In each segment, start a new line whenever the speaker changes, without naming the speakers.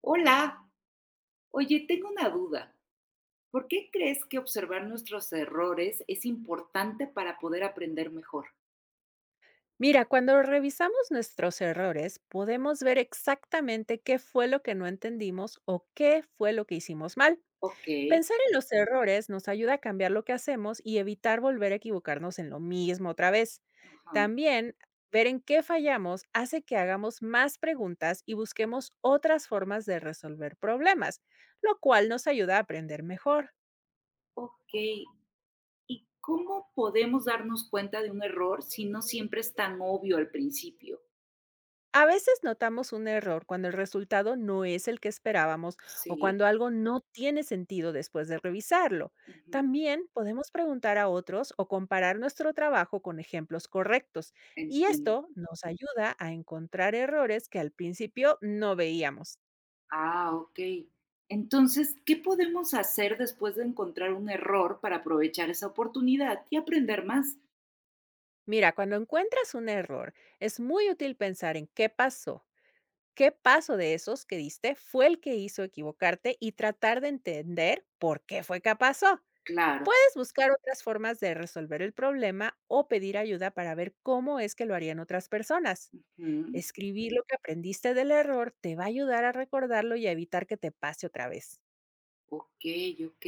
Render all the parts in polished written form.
Hola, oye, tengo una duda. ¿Por qué crees que observar nuestros errores es importante para poder aprender mejor?
Mira, cuando revisamos nuestros errores, podemos ver exactamente qué fue lo que no entendimos o qué fue lo que hicimos mal.
Ok,
Pensar en los errores nos ayuda a cambiar lo que hacemos y evitar volver a equivocarnos en lo mismo otra vez.
ajá,
También ver en qué fallamos hace que hagamos más preguntas y busquemos otras formas de resolver problemas, lo cual nos ayuda a aprender mejor.
ok. ¿Y cómo podemos darnos cuenta de un error si no siempre es tan obvio al principio?
A veces notamos un error cuando el resultado no es el que esperábamos o
Sí,
cuando algo no tiene sentido después de revisarlo.
ujú,
También podemos preguntar a otros o comparar nuestro trabajo con ejemplos correctos y
entiendo.
esto nos ayuda a encontrar errores que al principio no veíamos.
Ah, ok. Entonces, ¿qué podemos hacer después de encontrar un error para aprovechar esa oportunidad y aprender más?
Mira, cuando encuentras un error, es muy útil pensar en qué pasó, qué paso de esos que diste fue el que hizo equivocarte y tratar de entender por qué fue que pasó.
Claro.
Puedes buscar otras formas de resolver el problema o pedir ayuda para ver cómo es que lo harían otras personas.
Ujú.
Escribir lo que aprendiste del error te va a ayudar a recordarlo y a evitar que te pase otra vez.
Ok, ok.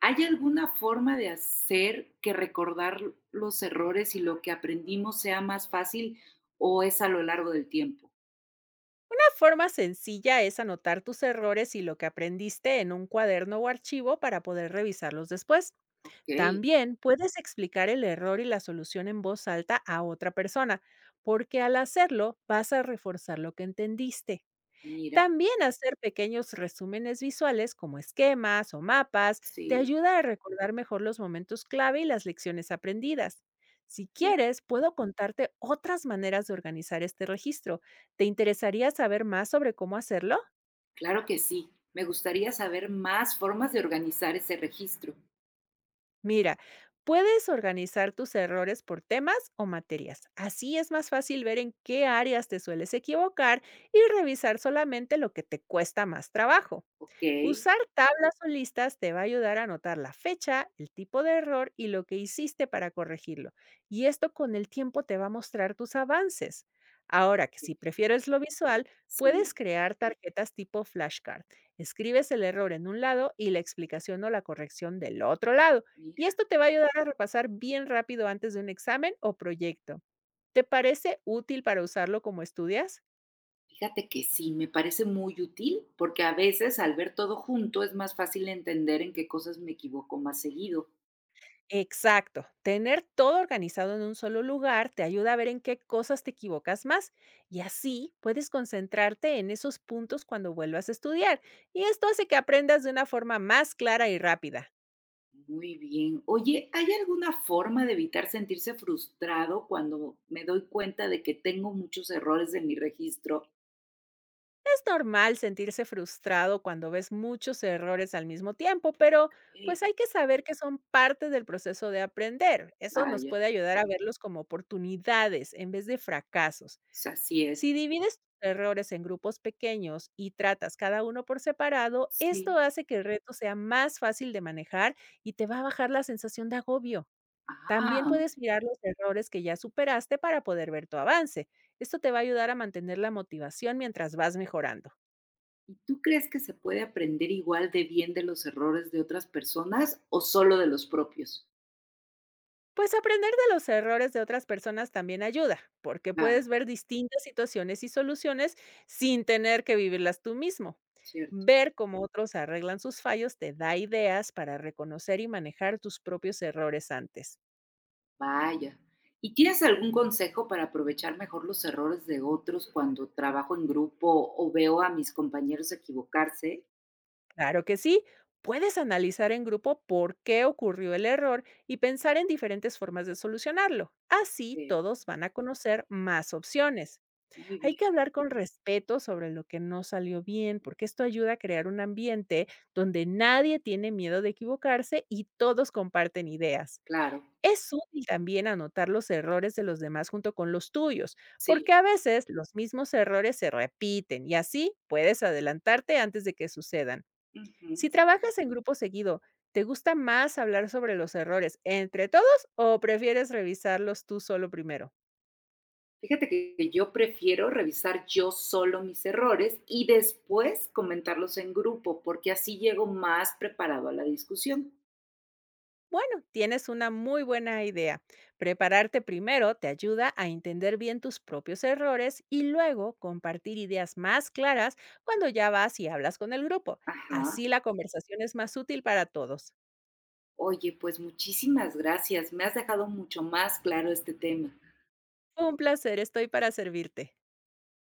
¿Hay alguna forma de hacer que recordar los errores y lo que aprendimos sea más fácil, o es a lo largo del tiempo?
Una forma sencilla es anotar tus errores y lo que aprendiste en un cuaderno o archivo para poder revisarlos después.
Ok,
También puedes explicar el error y la solución en voz alta a otra persona, porque al hacerlo vas a reforzar lo que entendiste.
mira,
También hacer pequeños resúmenes visuales como esquemas o mapas te
sí,
ayuda a recordar mejor los momentos clave y las lecciones aprendidas. Si
bien,
quieres, puedo contarte otras maneras de organizar este registro. ¿Te interesaría saber más sobre cómo hacerlo?
claro que sí. Me gustaría saber más formas de organizar ese registro.
Mira, puedes organizar tus errores por temas o materias. Así es más fácil ver en qué áreas te sueles equivocar y revisar solamente lo que te cuesta más trabajo.
Ok,
Usar tablas o listas te va a ayudar a anotar la fecha, el tipo de error y lo que hiciste para corregirlo. Y esto, con el tiempo, te va a mostrar tus avances. Ahora, que
okey,
si prefieres lo visual,
sí,
puedes crear tarjetas tipo flashcard. Escribes el error en un lado y la explicación o la corrección del otro lado. Y
mira,
esto te va a ayudar a repasar bien rápido antes de un examen o proyecto. ¿Te parece útil para usarlo como estudias?
fíjate que sí, me parece muy útil, porque a veces al ver todo junto es más fácil entender en qué cosas me equivoco más seguido.
Exacto. Tener todo organizado en un solo lugar te ayuda a ver en qué cosas te equivocas más y así puedes concentrarte en esos puntos cuando vuelvas a estudiar. Y esto hace que aprendas de una forma más clara y rápida.
Muy bien. Oye, ¿hay alguna forma de evitar sentirse frustrado cuando me doy cuenta de que tengo muchos errores en mi registro?
Es normal sentirse frustrado cuando ves muchos errores al mismo tiempo, pero
Ey,
pues hay que saber que son parte del proceso de aprender. Eso nos
vaya,
puede ayudar a verlos como oportunidades en vez de fracasos.
pues así es.
Si divides tus errores en grupos pequeños y tratas cada uno por separado,
Sí.
esto hace que el reto sea más fácil de manejar y te va a bajar la sensación de agobio.
Ah,
También puedes mirar los errores que ya superaste para poder ver tu avance. Esto te va a ayudar a mantener la motivación mientras vas mejorando.
¿y tú crees que se puede aprender igual de bien de los errores de otras personas o solo de los propios?
Pues aprender de los errores de otras personas también ayuda, porque
Claro,
puedes ver distintas situaciones y soluciones sin tener que vivirlas tú mismo.
cierto.
Ver cómo otros arreglan sus fallos te da ideas para reconocer y manejar tus propios errores antes.
Vaya. ¿Y tienes algún consejo para aprovechar mejor los errores de otros cuando trabajo en grupo o veo a mis compañeros equivocarse?
Claro que sí, puedes analizar en grupo por qué ocurrió el error y pensar en diferentes formas de solucionarlo. Así
Eh,
todos van a conocer más opciones.
muy
Hay que
bien.
hablar con respeto sobre lo que no salió bien, porque esto ayuda a crear un ambiente donde nadie tiene miedo de equivocarse y todos comparten ideas.
Claro,
Es útil también anotar los errores de los demás junto con los tuyos, porque
sí.
a veces los mismos errores se repiten y así puedes adelantarte antes de que sucedan.
Ujú.
Si trabajas en grupo seguido, ¿te gusta más hablar sobre los errores entre todos o prefieres revisarlos tú solo primero?
Fíjate que yo prefiero revisar yo solo mis errores y después comentarlos en grupo, porque así llego más preparado a la discusión.
Bueno, tienes una muy buena idea. Prepararte primero te ayuda a entender bien tus propios errores y luego compartir ideas más claras cuando ya vas y hablas con el grupo.
Ajá.
Así la conversación es más útil para todos.
Oye, pues muchísimas gracias. Me has dejado mucho más claro este tema.
Fue un placer, estoy para servirte.